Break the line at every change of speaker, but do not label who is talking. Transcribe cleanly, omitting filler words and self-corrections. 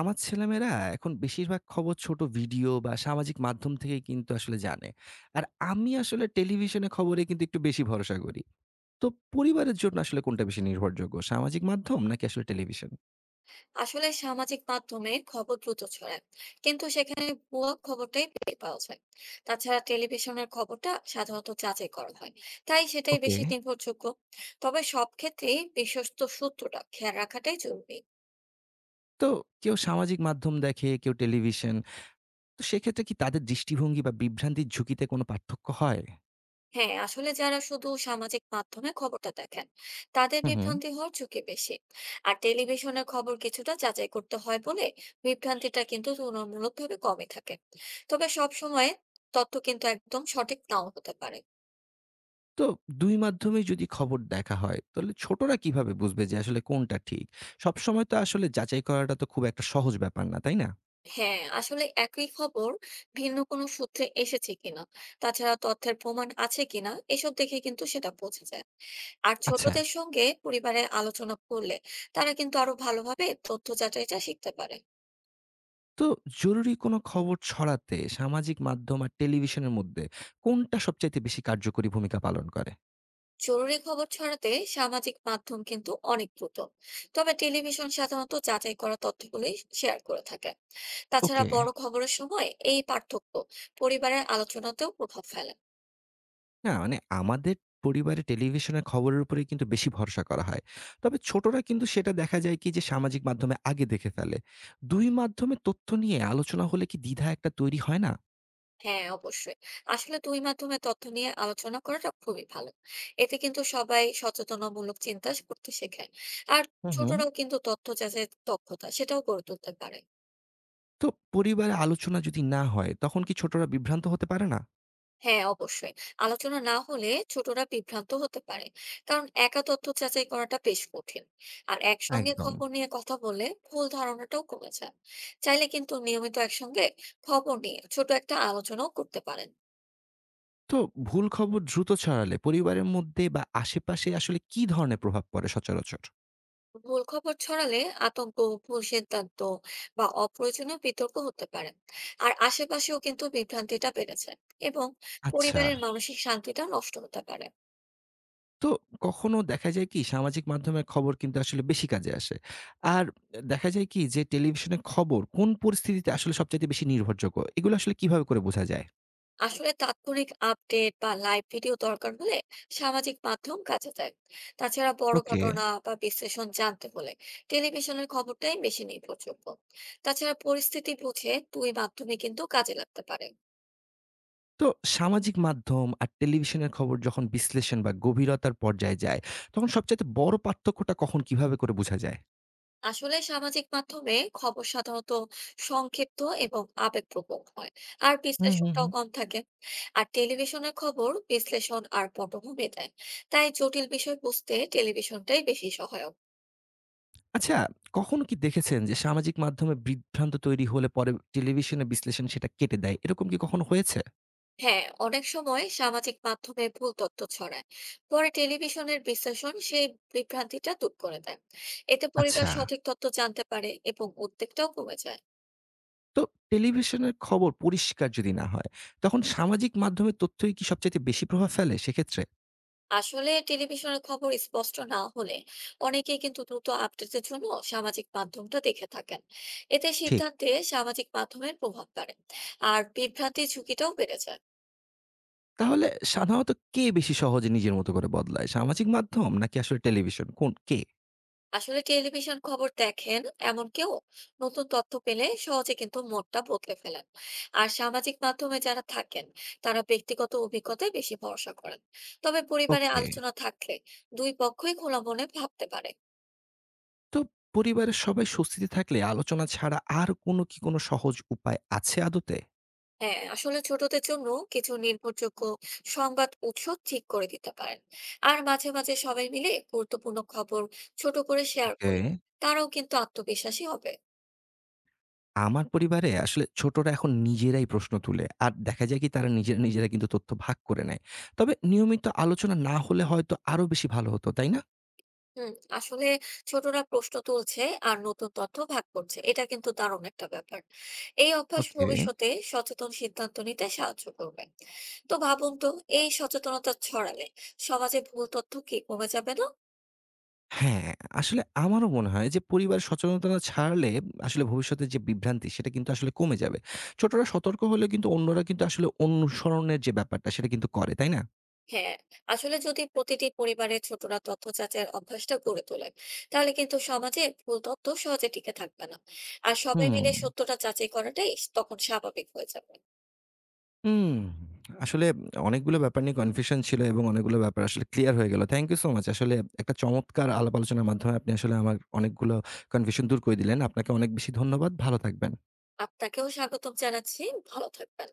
আমার ছেলেমেয়েরা এখন বেশিরভাগ খবর ছোট ভিডিও বা সামাজিক মাধ্যম থেকে কিন্তু আসলে জানে। আর আমি আসলে টেলিভিশনে খবরে কিন্তু একটু বেশি ভরসা করি। তো পরিবারের জন্য আসলে কোনটা বেশি নির্ভরযোগ্য? সামাজিক মাধ্যম নাকি আসলে টেলিভিশন?
আসলে সামাজিক মাধ্যমে খবর দ্রুত ছড়ায়, কিন্তু সেখানে ভুয়া খবরটাই বেশি পাওয়া যায়। তাছাড়া টেলিভিশনের খবরটা সাধারণত যাচাই করা হয়, তাই সেটাই
ওকে।
বেশি নির্ভরযোগ্য। তবে সব ক্ষেত্রেই বিশ্বস্ত সূত্রটা খেয়াল রাখাটাই জরুরি।
তো কেউ সামাজিক মাধ্যম দেখে, কেউ টেলিভিশন। তো সেক্ষেত্রে কি তাদের দৃষ্টিভঙ্গি বা বিভ্রান্তির ঝুঁকিতে কোনো পার্থক্য হয়?
হ্যাঁ, আসলে যারা শুধু সামাজিক মাধ্যমে খবরটা দেখেন, তাদের
হুম, হুম।
বিভ্রান্তি হওয়ার ঝুঁকি বেশি। আর টেলিভিশনের খবর কিছুটা যাচাই করতে হয় বলে বিভ্রান্তিটা কিন্তু তুলনামূলকভাবে কমই থাকে। তবে সব সময় তথ্য কিন্তু একদম সঠিক নাও হতে পারে।
তো ২ মাধ্যমেই যদি খবর দেখা হয়, তাহলে ছোটরা কিভাবে বুঝবে যে আসলে কোনটা ঠিক? সবসময় তো আসলে যাচাই করাটা তো খুব একটা সহজ ব্যাপার না, তাই না?
হ্যাঁ, আসলে একই খবর ভিন্ন কোনো সূত্রে এসেছে কিনা, তাছাড়া তথ্যের প্রমাণ আছে কিনা, এসব দেখে কিন্তু সেটা বোঝা যায়। আর
আচ্ছা।
ছোটদের সঙ্গে পরিবারে আলোচনা করলে তারা কিন্তু আরো ভালোভাবে তথ্য যাচাইটা শিখতে পারে।
তো জরুরি কোনো খবর ছড়াতে সামাজিক মাধ্যম আর টেলিভিশনের মধ্যে কোনটা সবচাইতে বেশি কার্যকরী ভূমিকা পালন করে?
জরুরি খবর ছড়াতে সামাজিক মাধ্যম কিন্তু অনেক দ্রুত, তবে টেলিভিশন সাধারণত যাচাই করা তথ্যগুলি শেয়ার করে থাকে। তাছাড়া
ওকে।
বড় খবরের সময় এই পার্থক্য পরিবারের আলোচনাতেও প্রভাব ফেলে।
না মানে আমাদের পরিবারে টেলিভিশনের খবরের উপরেই কিন্তু বেশি ভরসা করা হয়। তবে ছোটরা কিন্তু সেটা দেখা যায় কি যে সামাজিক মাধ্যমে আগে দেখে ফেলে। ২ মাধ্যমে তথ্য নিয়ে আলোচনা হলে কি দ্বিধা একটা তৈরি হয় না?
হ্যাঁ, অবশ্যই। আসলে ২ মাধ্যমে তথ্য নিয়ে আলোচনা করাটা খুবই ভালো। এতে কিন্তু সবাই সচেতনামূলক চিন্তা করতে শেখে। আর
হুম, হুম।
ছোটরাও কিন্তু তথ্য যাচাইয়ের দক্ষতা সেটাও গড়ে তুলতে পারে।
তো পরিবারে আলোচনা যদি না হয় তখন কি ছোটরা বিভ্রান্ত হতে পারে না?
হ্যাঁ, অবশ্যই। আলোচনা না হলে ছোটরা বিভ্রান্ত হতে পারে। কারণ একা তথ্য যাচাই করাটা বেশ কঠিন। আর একসঙ্গে
একদম।
খবর নিয়ে কথা বললে ভুল ধারণাটাও কমে যায়। চাইলে কিন্তু নিয়মিত একসঙ্গে খবর নিয়ে ছোট একটা আলোচনাও করতে পারেন।
তো ভুল খবর দ্রুত ছড়ালে পরিবারের মধ্যে বা আশেপাশে আসলে কি ধরনের প্রভাব পড়ে সচরাচর?
ভুল খবর ছড়ালে আতঙ্ক, ভুল সিদ্ধান্ত বা অপ্রয়োজনীয় বিতর্ক হতে পারে। আর আশেপাশেও কিন্তু বিভ্রান্তিটা বেড়েছে এবং
আচ্ছা।
পরিবারের মানসিক শান্তিটা নষ্ট হতে পারে।
তো কখনো দেখা যায় কি সামাজিক মাধ্যমের খবর কিন্তু আসলে বেশি কাজে আসে। আর দেখা যায় কি যে টেলিভিশনের খবর কোন পরিস্থিতিতে আসলে সবচাইতে বেশি নির্ভরযোগ্য? এগুলো আসলে কিভাবে করে বোঝা যায়?
আসলে তাৎক্ষণিক আপডেট বা লাইভ ভিডিও দরকার হলে সামাজিক মাধ্যম কাজে দেয়। তাছাড়া বড়
ওকে।
ঘটনা বা বিশ্লেষণ জানতে হলে টেলিভিশনের খবরটাই বেশি নির্ভরযোগ্য। তাছাড়া পরিস্থিতি বুঝে দুই মাধ্যমে কিন্তু কাজে লাগতে পারে।
তো সামাজিক মাধ্যম আর টেলিভিশনের খবর যখন বিশ্লেষণ বা গভীরতার পর্যায়ে যায়, তখন সবচাইতে বড় পার্থক্যটা কখন কিভাবে করে বোঝা যায়?
আসলে সামাজিক মাধ্যমে খবর সাধারণত সংক্ষিপ্ত এবং আবেগপ্রবণ হয়, আর
হুম, হুম,
বিশ্লেষণটাও
হুম।
কম থাকে। আর টেলিভিশনের খবর বিশ্লেষণ আর পটভূমি দেয়, তাই জটিল বিষয় বুঝতে টেলিভিশনটাই বেশি সহায়ক।
আচ্ছা, কখনো কি দেখেছেন যে সামাজিক মাধ্যমে বিভ্রান্ত তৈরি হলে পরে টেলিভিশনের বিশ্লেষণ সেটা কেটে দেয়। এরকম কি কখনো হয়েছে?
হ্যাঁ, অনেক সময় সামাজিক মাধ্যমে ভুল তথ্য ছড়ায়, পরে টেলিভিশনের বিশ্লেষণ সেই বিভ্রান্তিটা দূর করে দেয়। এতে পরিবার
আচ্ছা।
সঠিক তথ্য জানতে পারে এবং উদ্বেগটাও কমে যায়।
তো টেলিভিশনের খবর পরিষ্কার যদি না হয়, তখন সামাজিক মাধ্যমের তথ্যই কি সবচাইতে বেশি প্রভাব ফেলে সেক্ষেত্রে?
আসলে টেলিভিশনের খবর স্পষ্ট না হলে অনেকেই কিন্তু দ্রুত আপডেটের জন্য সামাজিক মাধ্যমটা দেখে থাকেন। এতে
ঠিক।
সিদ্ধান্তে সামাজিক মাধ্যমের প্রভাব পড়ে আর বিভ্রান্তির ঝুঁকিটাও বেড়ে যায়।
তাহলে সাধারণত কে বেশি সহজে নিজের মতো করে বদলায়? সামাজিক মাধ্যম নাকি আসলে টেলিভিশন? কোন কে?
আসলে টেলিভিশন খবর দেখেন এমন কেউ নতুন তথ্য পেলে সহজে কিন্তু মতটা বদলে ফেলেন। আর সামাজিক মাধ্যমে যারা থাকেন, তারা ব্যক্তিগত অভিজ্ঞতায় বেশি ভরসা করেন। তবে পরিবারে
ওকে।
আলোচনা থাকলে দুই পক্ষই খোলা মনে ভাবতে পারে।
তো পরিবারের সবাই স্বস্তিতে থাকলে আলোচনা ছাড়া আর কোনো কি কোনো সহজ উপায় আছে আদতে?
হ্যাঁ, আসলে ছোটদের জন্য কিছু নির্ভরযোগ্য সংবাদ উৎস ঠিক করে দিতে পারেন। আর মাঝে মাঝে সবাই মিলে গুরুত্বপূর্ণ খবর ছোট করে শেয়ার
ওকে।
করি, তারাও কিন্তু আত্মবিশ্বাসী হবে।
আমার পরিবারে আসলে ছোটরা এখন নিজেরাই প্রশ্ন তুলে। আর দেখা যায় কি তারা নিজেরা কিন্তু তথ্য ভাগ করে নেয়। তবে নিয়মিত আলোচনা না হলে হয়তো আরো বেশি ভালো হতো, তাই না?
হুম, আসলে ছোটরা প্রশ্ন তুলছে আর নতুন তথ্য ভাগ করছে, এটা কিন্তু দারুণ একটা ব্যাপার। এই অভ্যাস
ওকে।
ভবিষ্যতে সচেতন সিদ্ধান্ত নিতে সাহায্য করবে। তো ভাবুন তো, এই সচেতনতা ছড়ালে সমাজে ভুল তথ্য কি কমে যাবে না?
হ্যাঁ, আসলে আমারও মনে হয় যে পরিবারের সচেতনতা ছাড়লে আসলে ভবিষ্যতের যে বিভ্রান্তি সেটা কিন্তু আসলে কমে যাবে। ছোটরা সতর্ক হলে কিন্তু অন্যরা কিন্তু আসলে অনুসরণের যে ব্যাপারটা সেটা কিন্তু করে, তাই না?
হ্যাঁ, আসলে যদি প্রতিটি পরিবারের ছোটরা তথ্য যাচাইয়ের অভ্যাসটা গড়ে তোলে, তাহলে কিন্তু সমাজে ভুল তথ্য সহজে টিকে থাকবে না। আর সবাই
হুম।
মিলে সত্যটা যাচাই করাটাই তখন স্বাভাবিক হয়ে যাবে।
হুম, আসলে অনেকগুলো ব্যাপার নিয়ে কনফিউশন ছিল এবং অনেকগুলো ব্যাপার আসলে ক্লিয়ার হয়ে গেল। Thank you so much. আসলে একটা চমৎকার আলাপ আলোচনার মাধ্যমে আপনি আসলে আমার অনেকগুলো কনফিউশন দূর করে দিলেন। আপনাকে অনেক বেশি ধন্যবাদ। ভালো থাকবেন।
আপনাকেও স্বাগতম জানাচ্ছি। ভালো থাকবেন।